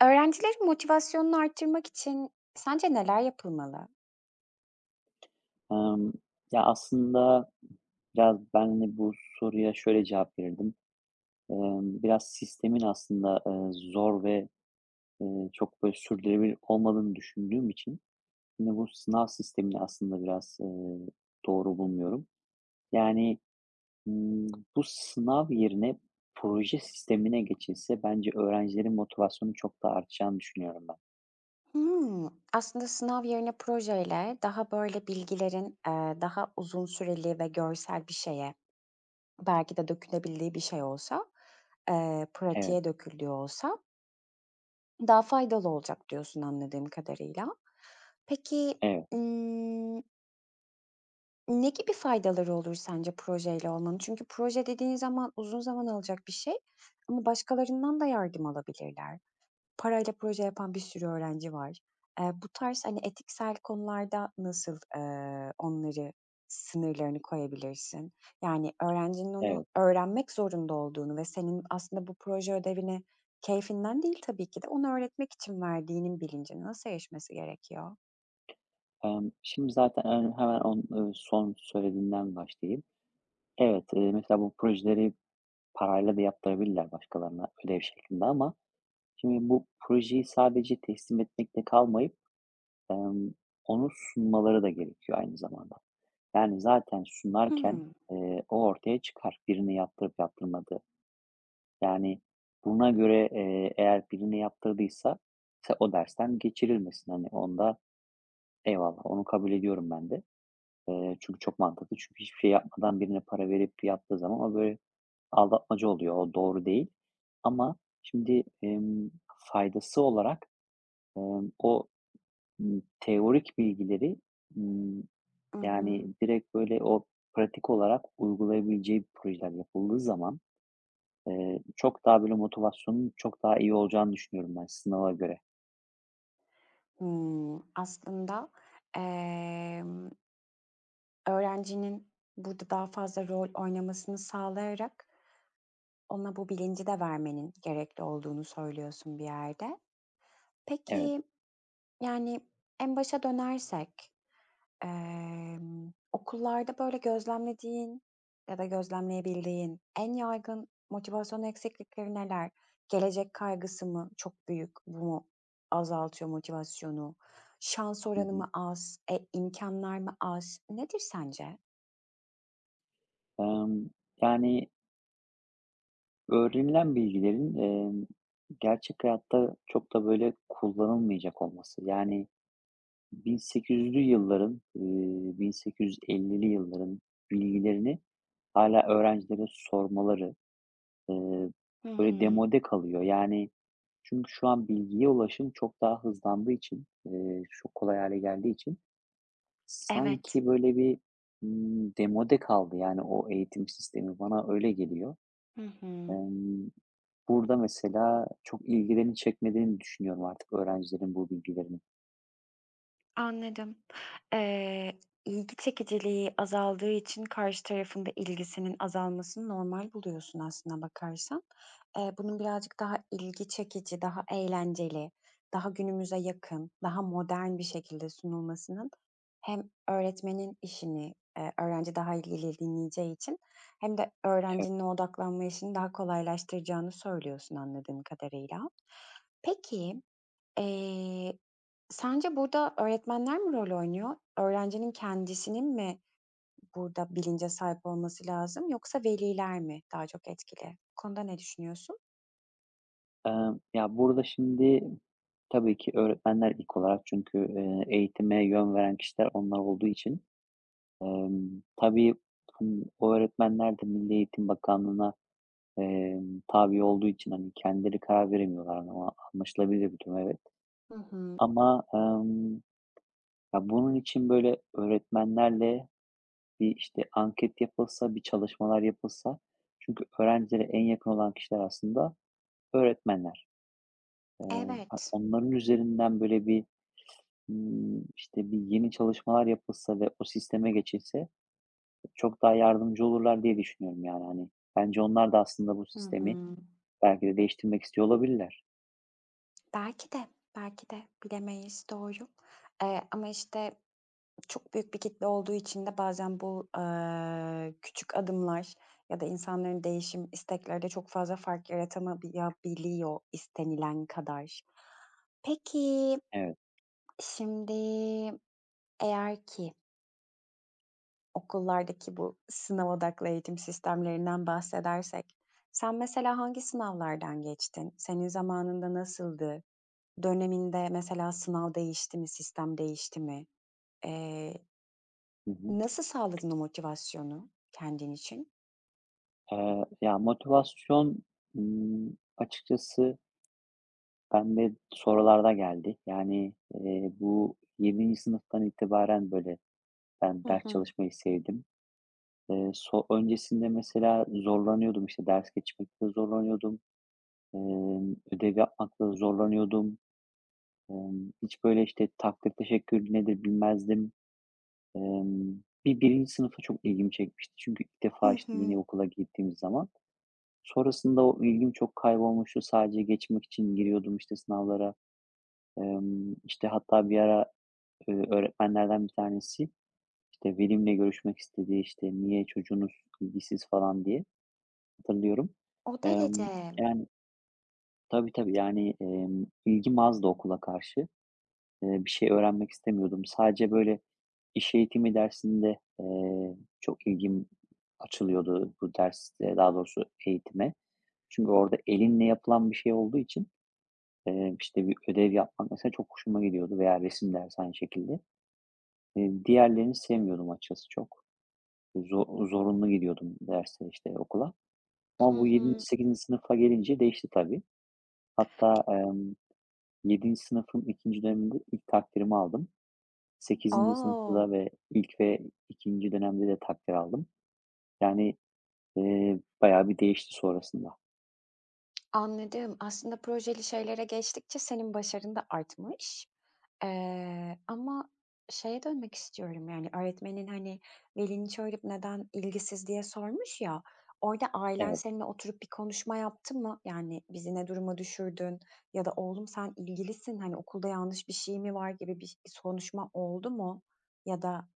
Öğrencilerin motivasyonunu arttırmak için sence neler yapılmalı? Emm, Ya, aslında biraz ben, hani, bu soruya şöyle cevap verirdim. Biraz sistemin aslında, zor ve, çok böyle sürdürülebilir olmadığını düşündüğüm için yine bu sınav sistemini aslında biraz, doğru bulmuyorum. Yani, ımm, bu sınav yerine proje sistemine geçilse bence öğrencilerin motivasyonu çok daha artacağını düşünüyorum ben. Hımm, aslında sınav yerine projeyle daha, böyle, bilgilerin, daha uzun süreli ve görsel bir şeye, belki de dökülebildiği bir şey olsa, Evet, pratiğe döküldüğü olsa daha faydalı olacak diyorsun anladığım kadarıyla. Peki, evet, ımm, ne gibi faydaları olur sence projeyle olmanın? Çünkü proje dediğin zaman uzun zaman alacak bir şey ama başkalarından da yardım alabilirler. Parayla proje yapan bir sürü öğrenci var. Bu tarz, hani, etiksel konularda nasıl, onları sınırlarını koyabilirsin? Yani öğrencinin onu evet. öğrenmek zorunda olduğunu ve senin aslında bu proje ödevini keyfinden değil tabii ki de onu öğretmek için verdiğinin bilincine nasıl erişmesi gerekiyor? Şimdi zaten, hemen on son söylediğinden başlayayım. Evet, mesela bu projeleri parayla da yaptırabilirler başkalarına ödev şeklinde ama şimdi bu projeyi sadece teslim etmekle kalmayıp, emm, onu sunmaları da gerekiyor aynı zamanda. Yani zaten sunarken, Hımm. O ortaya çıkar, birini yaptırıp yaptırmadığı. Yani buna göre, eğer birini yaptırdıysa mesela o dersten geçirilmesin. Hani, onda eyvallah, onu kabul ediyorum ben de. Çünkü çok mantıklı. Çünkü hiçbir şey yapmadan birine para verip yaptığı zaman o böyle aldatmaca oluyor, o doğru değil ama şimdi, faydası olarak, o, teorik bilgileri, ımm, I hı. yani, direkt, böyle, o pratik olarak uygulayabileceği projeler yapıldığı zaman, çok daha, böyle, motivasyonun çok daha iyi olacağını düşünüyorum ben sınava göre. Hımm, aslında, emm, öğrencinin burada daha fazla rol oynamasını sağlayarak ona bu bilinci de vermenin gerekli olduğunu söylüyorsun bir yerde. Evet. Peki, yani, en başa dönersek, okullarda böyle gözlemlediğin ya da gözlemleyebildiğin en yaygın motivasyon eksiklikleri neler? Gelecek kaygısı mı çok büyük, bu mu azaltıyor motivasyonu? Şans Hı oranı hı. mı az? E, imkânlar mı az? Nedir sence? Emm, Yani, öğrenilen bilgilerin, gerçek hayatta çok da, böyle, kullanılmayacak olması, yani, 1800'lü yılların, 1850'li yılların bilgilerini hâlâ öğrencilere sormaları, eee, Hı böyle, hı. demode kalıyor. Yani, çünkü şu an bilgiye ulaşım çok daha hızlandığı için, çok kolay hâle geldiği için Evet. sanki, böyle, bir, demode kaldı, yani, o eğitim sistemi. Bana öyle geliyor. Hı hı. Emm, Burada mesela çok ilgilerini çekmediğini düşünüyorum artık öğrencilerin bu bilgilerinin. Anladım. Eee, ilgi çekiciliği azaldığı için karşı tarafın da ilgisinin azalmasını normal buluyorsun aslına bakarsan. Bunun birazcık daha ilgi çekici, daha eğlenceli, daha günümüze yakın, daha modern bir şekilde sunulmasının hem öğretmenin işini öğrenci daha ilgili dinleyeceği için hem de öğrencinin o odaklanma işini daha kolaylaştıracağını söylüyorsun anladığım kadarıyla. Peki, Eee, sence burada öğretmenler mi rol oynuyor? Öğrencinin kendisinin mi burada bilince sahip olması lazım yoksa veliler mi daha çok etkili? Bu konuda ne düşünüyorsun? Ya, burada şimdi tabii ki öğretmenler ilk olarak çünkü, eğitime yön veren kişiler onlar olduğu için, tabii, hani, o öğretmenler de Milli Eğitim Bakanlığı'na, tabi olduğu için, hani, kendileri karar veremiyorlar ama anlaşılabilir bir durum, evet. Hı hı. Ama, ya, bunun için, böyle, öğretmenlerle bir, işte, anket yapılsa, bir çalışmalar yapılsa çünkü öğrencilere en yakın olan kişiler aslında öğretmenler. Eee, ha Evet. onların üzerinden, böyle, bir işte, bir yeni çalışmalar yapılsa ve o sisteme geçilse çok daha yardımcı olurlar diye düşünüyorum, yani, hani. Bence onlar da aslında bu Hı sistemi hı. belki de değiştirmek istiyor olabilirler. Belki de, belki de bilemeyiz, doğru. Ama işte çok büyük bir kitle olduğu için de bazen bu, küçük adımlar ya da insanların değişim istekleri çok fazla fark yaratamayabiliyor istenilen kadar. Peki, Evet. şimdi eğer ki okullardaki bu sınav odaklı eğitim sistemlerinden bahsedersek, sen mesela hangi sınavlardan geçtin? Senin zamanında nasıldı? Döneminde mesela sınav değişti mi, sistem değişti mi? Eee, Hı hı. Nasıl sağladın o motivasyonu kendin için? Ya, motivasyon, açıkçası bende sorularda geldi. Yani, bu yedinci sınıftan itibaren, böyle, ben Hı ders hı. çalışmayı sevdim. Öncesinde mesela zorlanıyordum, işte, ders geçmekte zorlanıyordum, ödev yapmakta zorlanıyordum. Hiç böyle, işte, takdir teşekkür nedir bilmezdim. Birinci sınıfta çok ilgimi çekmişti. Çünkü ilk Hı defa, işte, hı. yeni okula gittiğimiz zaman. Sonrasında o ilgim çok kaybolmuştu. Sadece geçmek için giriyordum, işte, sınavlara. İşte, hatta bir ara, öğretmenlerden bir tanesi, işte, velimle görüşmek istedi, işte, "Niye çocuğunuz ilgisiz?" falan diye hatırlıyorum. O Emm, derece. Yani, tabii, tabii. Yani, ilgim azdı okula karşı. Bir şey öğrenmek istemiyordum. Sadece böyle iş eğitimi dersinde, çok ilgim açılıyordu bu derste, daha doğrusu eğitime. Çünkü orada elinle yapılan bir şey olduğu için, işte, bir ödev yapmak mesela çok hoşuma gidiyordu veya resim dersi aynı şekilde. Diğerlerini sevmiyordum açıkçası çok. Zorunlu gidiyordum derse, işte, okula. Hı Ama bu 7 hı. sekizinci sınıfa gelince değişti tabii. Hatta, 7. sınıfın 2. döneminde ilk takdirimi aldım. Sekizinci O! sınıfta ve ilk ve ikinci dönemde de takdir aldım. Yani, bayağı bir değişti sonrasında. Anladım. Aslında projeli şeylere geçtikçe senin başarın da artmış. Ama şeye dönmek istiyorum, yani, öğretmenin, hani, "Velini çağırıp neden ilgisiz?" diye sormuş ya, orada ailen Evet. seninle oturup bir konuşma yaptı mı? Yani, "Bizi ne duruma düşürdün?" ya da "Oğlum sen ilgilisin, hani, okulda yanlış bir şey mi var?" gibi bir konuşma oldu mu? Ya da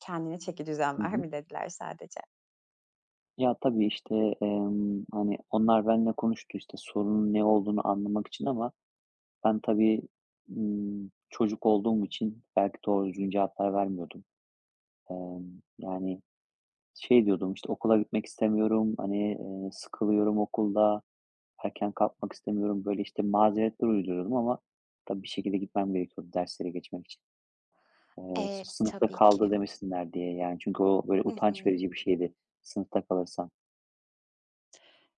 "Kendine çeki düzen Hı ver." hı. mi dediler sadece? Ya, tabii, işte, hani, onlar benimle konuştu, işte, sorunun ne olduğunu anlamak için ama ben tabii, çocuk olduğum için belki doğru düzgün cevaplar vermiyordum. Yani, şey diyordum, işte, "Okula gitmek istemiyorum, hani, sıkılıyorum okulda." Erken kalkmak istemiyorum. Böyle, işte, mazeretler uyduruyordum ama tabii bir şekilde gitmem gerekiyordu derslere geçmek için. Sırf sınıfta Tabii ki. kaldı demesinler diye, yani, çünkü o, böyle, Hı utanç hı. verici bir şeydi sınıfta kalırsan.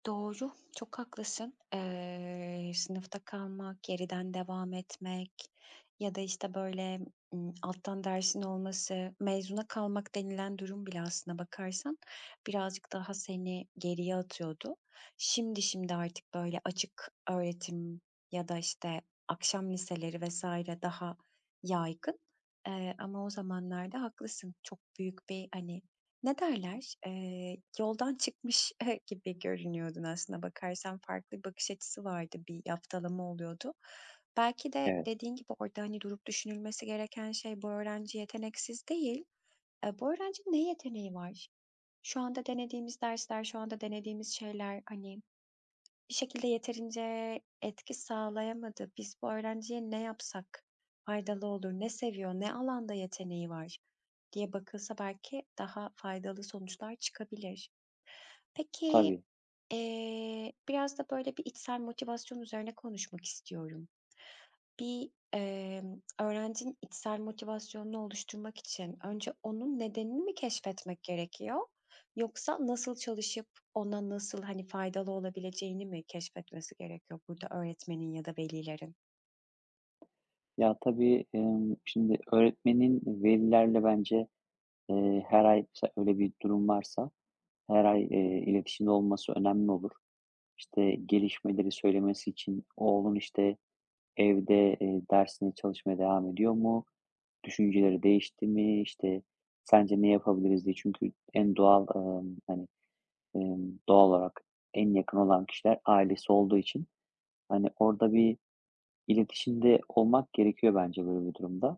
Doğru, çok haklısın. Sınıfta kalmak, geriden devam etmek ya da, işte, böyle, alttan dersin olması, mezuna kalmak denilen durum bile aslına bakarsan birazcık daha seni geriye atıyordu. Şimdi artık, böyle, açık öğretim ya da, işte, akşam liseleri vesaire daha yaygın, ama o zamanlarda haklısın. Çok büyük bir, hani ne derler? Yoldan çıkmış gibi görünüyordun aslında bakarsan. Farklı bir bakış açısı vardı, bir yaftalama oluyordu. Belki de Evet, dediğin gibi orada, hani, durup düşünülmesi gereken şey bu öğrenci yeteneksiz değil. Bu öğrencinin ne yeteneği var? Şu anda denediğimiz dersler, şu anda denediğimiz şeyler, hani bir şekilde yeterince etki sağlayamadı. Biz bu öğrenciye ne yapsak faydalı olur, ne seviyor, ne alanda yeteneği var diye bakılsa belki daha faydalı sonuçlar çıkabilir. Peki, tabii. Biraz da böyle bir içsel motivasyon üzerine konuşmak istiyorum. Bir, öğrencinin içsel motivasyonunu oluşturmak için önce onun nedenini mi keşfetmek gerekiyor yoksa nasıl çalışıp ona nasıl, hani, faydalı olabileceğini mi keşfetmesi gerekiyor burada öğretmenin ya da velilerin? Ya, tabii, şimdi öğretmenin velilerle bence, her ay mesela öyle bir durum varsa her ay, iletişimde olması önemli olur. İşte, gelişmeleri söylemesi için oğlun, işte, evde, dersine çalışmaya devam ediyor mu? Düşünceleri değişti mi? İşte, sence ne yapabiliriz diye. Çünkü en doğal, hani, doğal olarak en yakın olan kişiler ailesi olduğu için, hani, orada bir iletişimde olmak gerekiyor bence böyle bir durumda.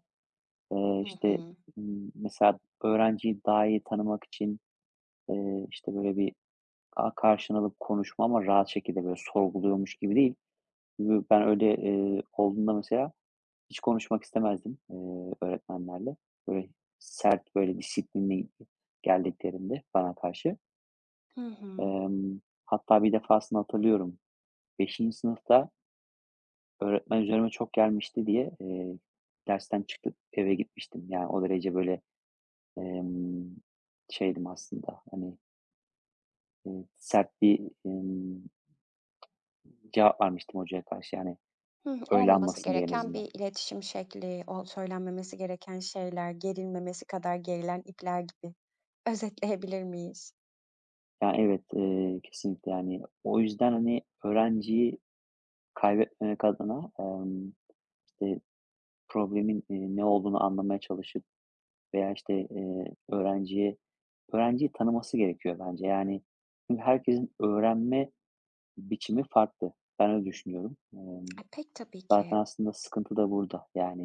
Hı İşte, hı. Mesela öğrenciyi daha iyi tanımak için, işte, böyle bir karşına alıp konuşma ama rahat şekilde, böyle, sorguluyormuş gibi değil. Ben öyle, olduğunda mesela hiç konuşmak istemezdim, öğretmenlerle. Böyle sert, böyle disiplinli geldiklerinde bana karşı. Hı hı. Emm, Hatta bir defasını hatırlıyorum. Beşinci sınıfta öğretmen üzerime çok gelmişti diye, dersten çıkıp eve gitmiştim. Yani o derece böyle, emm, şeydim aslında, hani, sert bir, emm, cevap vermiştim hocaya karşı, yani Hıh, öyle olmaması anmasın diye en gereken azından. bir iletişim şekli, o söylenmemesi gereken şeyler, gerilmemesi kadar gerilen ipler gibi. Özetleyebilir miyiz? Yani evet, kesinlikle yani o yüzden, hani, öğrenciyi kaybetmemek adına, işte, problemin, ne olduğunu anlamaya çalışıp veya, işte, öğrenciye öğrenciyi tanıması gerekiyor bence. Yani, çünkü herkesin öğrenme biçimi farklı. Ben öyle düşünüyorum. E, pek tabii Zaten ki. aslında sıkıntı da burada. Yani,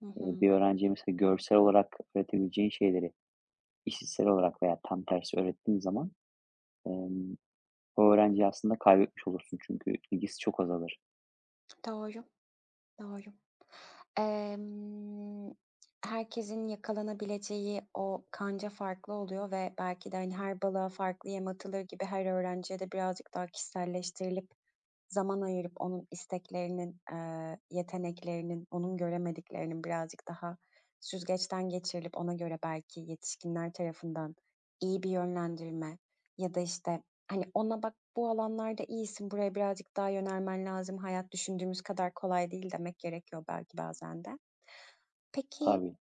Hı hı. bir öğrenciye mesela görsel olarak öğretebileceğin şeyleri işitsel olarak veya tam tersi öğrettiğin zaman, emm, o öğrenciyi aslında kaybetmiş olursun çünkü ilgisi çok azalır. Doğru, doğru. Emm, herkesin yakalanabileceği o kanca farklı oluyor ve belki de, hani, her balığa farklı yem atılır gibi her öğrenciye de birazcık daha kişiselleştirilip zaman ayırıp onun isteklerinin, yeteneklerinin, onun göremediklerinin birazcık daha süzgeçten geçirilip ona göre belki yetişkinler tarafından iyi bir yönlendirilme ya da, işte, hani, ona "Bak, bu alanlarda iyisin, buraya birazcık daha yönelmen lazım. Hayat düşündüğümüz kadar kolay değil." demek gerekiyor belki bazen de. Peki, Tabii.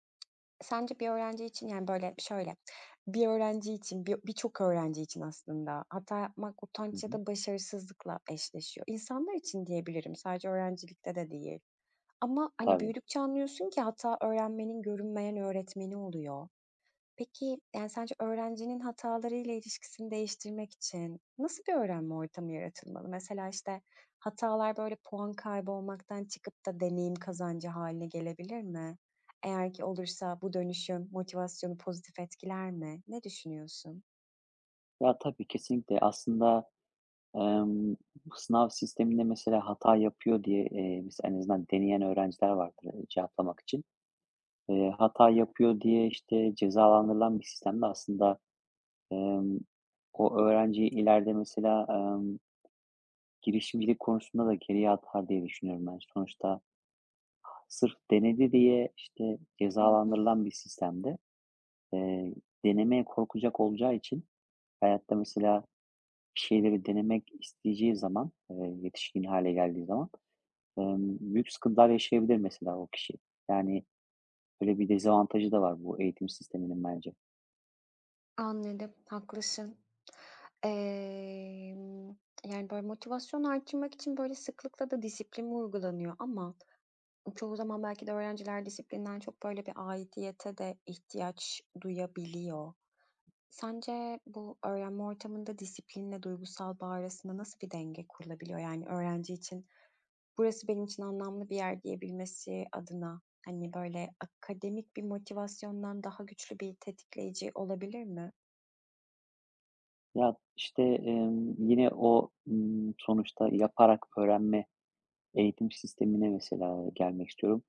sence bir öğrenci için, yani, böyle, şöyle, bir öğrenci için, birçok öğrenci için aslında hata yapmak Hı utanç ya hı. da başarısızlıkla eşleşiyor. İnsanlar için diyebilirim, sadece öğrencilikte de değil. Ama, hani, Tabii. büyüdükçe anlıyorsun ki hata öğrenmenin görünmeyen öğretmeni oluyor. Peki, yani, sence öğrencinin hatalarıyla ilişkisini değiştirmek için nasıl bir öğrenme ortamı yaratılmalı? Mesela, işte, hatalar, böyle, puan kaybı olmaktan çıkıp da deneyim kazancı haline gelebilir mi? Eğer ki olursa bu dönüşüm motivasyonu pozitif etkiler mi? Ne düşünüyorsun? Ya, tabii, kesinlikle. Aslında, Emm, sınav sisteminde mesela hata yapıyor diye, mesela en azından deneyen öğrenciler vardır, cevaplamak için. Hata yapıyor diye, işte, cezalandırılan bir sistemde aslında, emm, o öğrenciyi ileride mesela, girişimcilik konusunda da geriye atar diye düşünüyorum ben. Sonuçta sırf denedi diye, işte, Hı hı. cezalandırılan bir sistemde, eee, denemeye korkacak olacağı için hayatta mesela bir şeyleri denemek isteyeceği zaman, yetişkin hale geldiği zaman büyük sıkıntılar yaşayabilir mesela o kişi. Yani, böyle bir dezavantajı da var bu eğitim sisteminin bence. Anladım, haklısın. Emm, yani, böyle, motivasyon arttırmak için, böyle, sıklıkla da disiplin uygulanıyor ama çoğu zaman belki de öğrenciler disiplinden çok böyle bir aidiyete de ihtiyaç duyabiliyor. Sence bu öğrenme ortamında disiplinle duygusal bağ arasında nasıl bir denge kurulabiliyor? Yani öğrenci için burası benim için anlamlı bir yer diyebilmesi adına hani böyle akademik bir motivasyondan daha güçlü bir tetikleyici olabilir mi? Ya, işte, yine o, sonuçta yaparak öğrenme eğitim sistemine mesela gelmek istiyorum.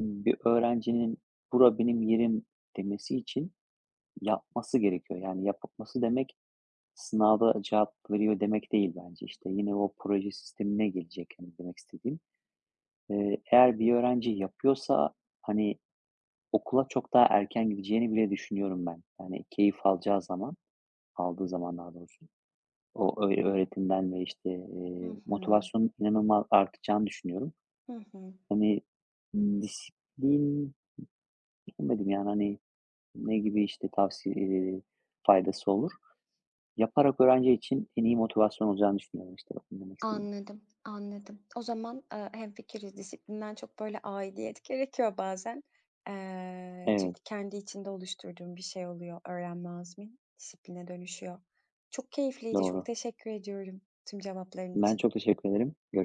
Bir öğrencinin "Bura benim yerim." demesi için yapması gerekiyor. Yani yapması demek sınavda cevap veriyor demek değil bence. İşte, yine o proje sistemine gelecek, yani demek istediğim. Eğer bir öğrenci yapıyorsa, hani, okula çok daha erken gideceğini bile düşünüyorum ben. Yani keyif alacağı zaman, aldığı zaman daha doğrusu o öğretimden ve, işte, Hı hı. motivasyonun inanılmaz artacağını düşünüyorum. Hı hı. Hani, disiplin bilemedim, yani, hani, ne gibi, işte, tavsiye faydası olur? Yaparak öğrenci için en iyi motivasyon olacağını düşünüyorum, işte, bak, ne demek istedim. Anladım, anladım. O zaman, hemfikiriz. Disiplinden çok böyle aidiyet gerekiyor bazen. Evet, Çünkü kendi içinde oluşturduğum bir şey oluyor öğrenme azmin, disipline dönüşüyor. Çok keyifliydi, çok doğru. teşekkür ediyorum tüm cevapların Ben için. çok teşekkür ederim. Görüşürüz.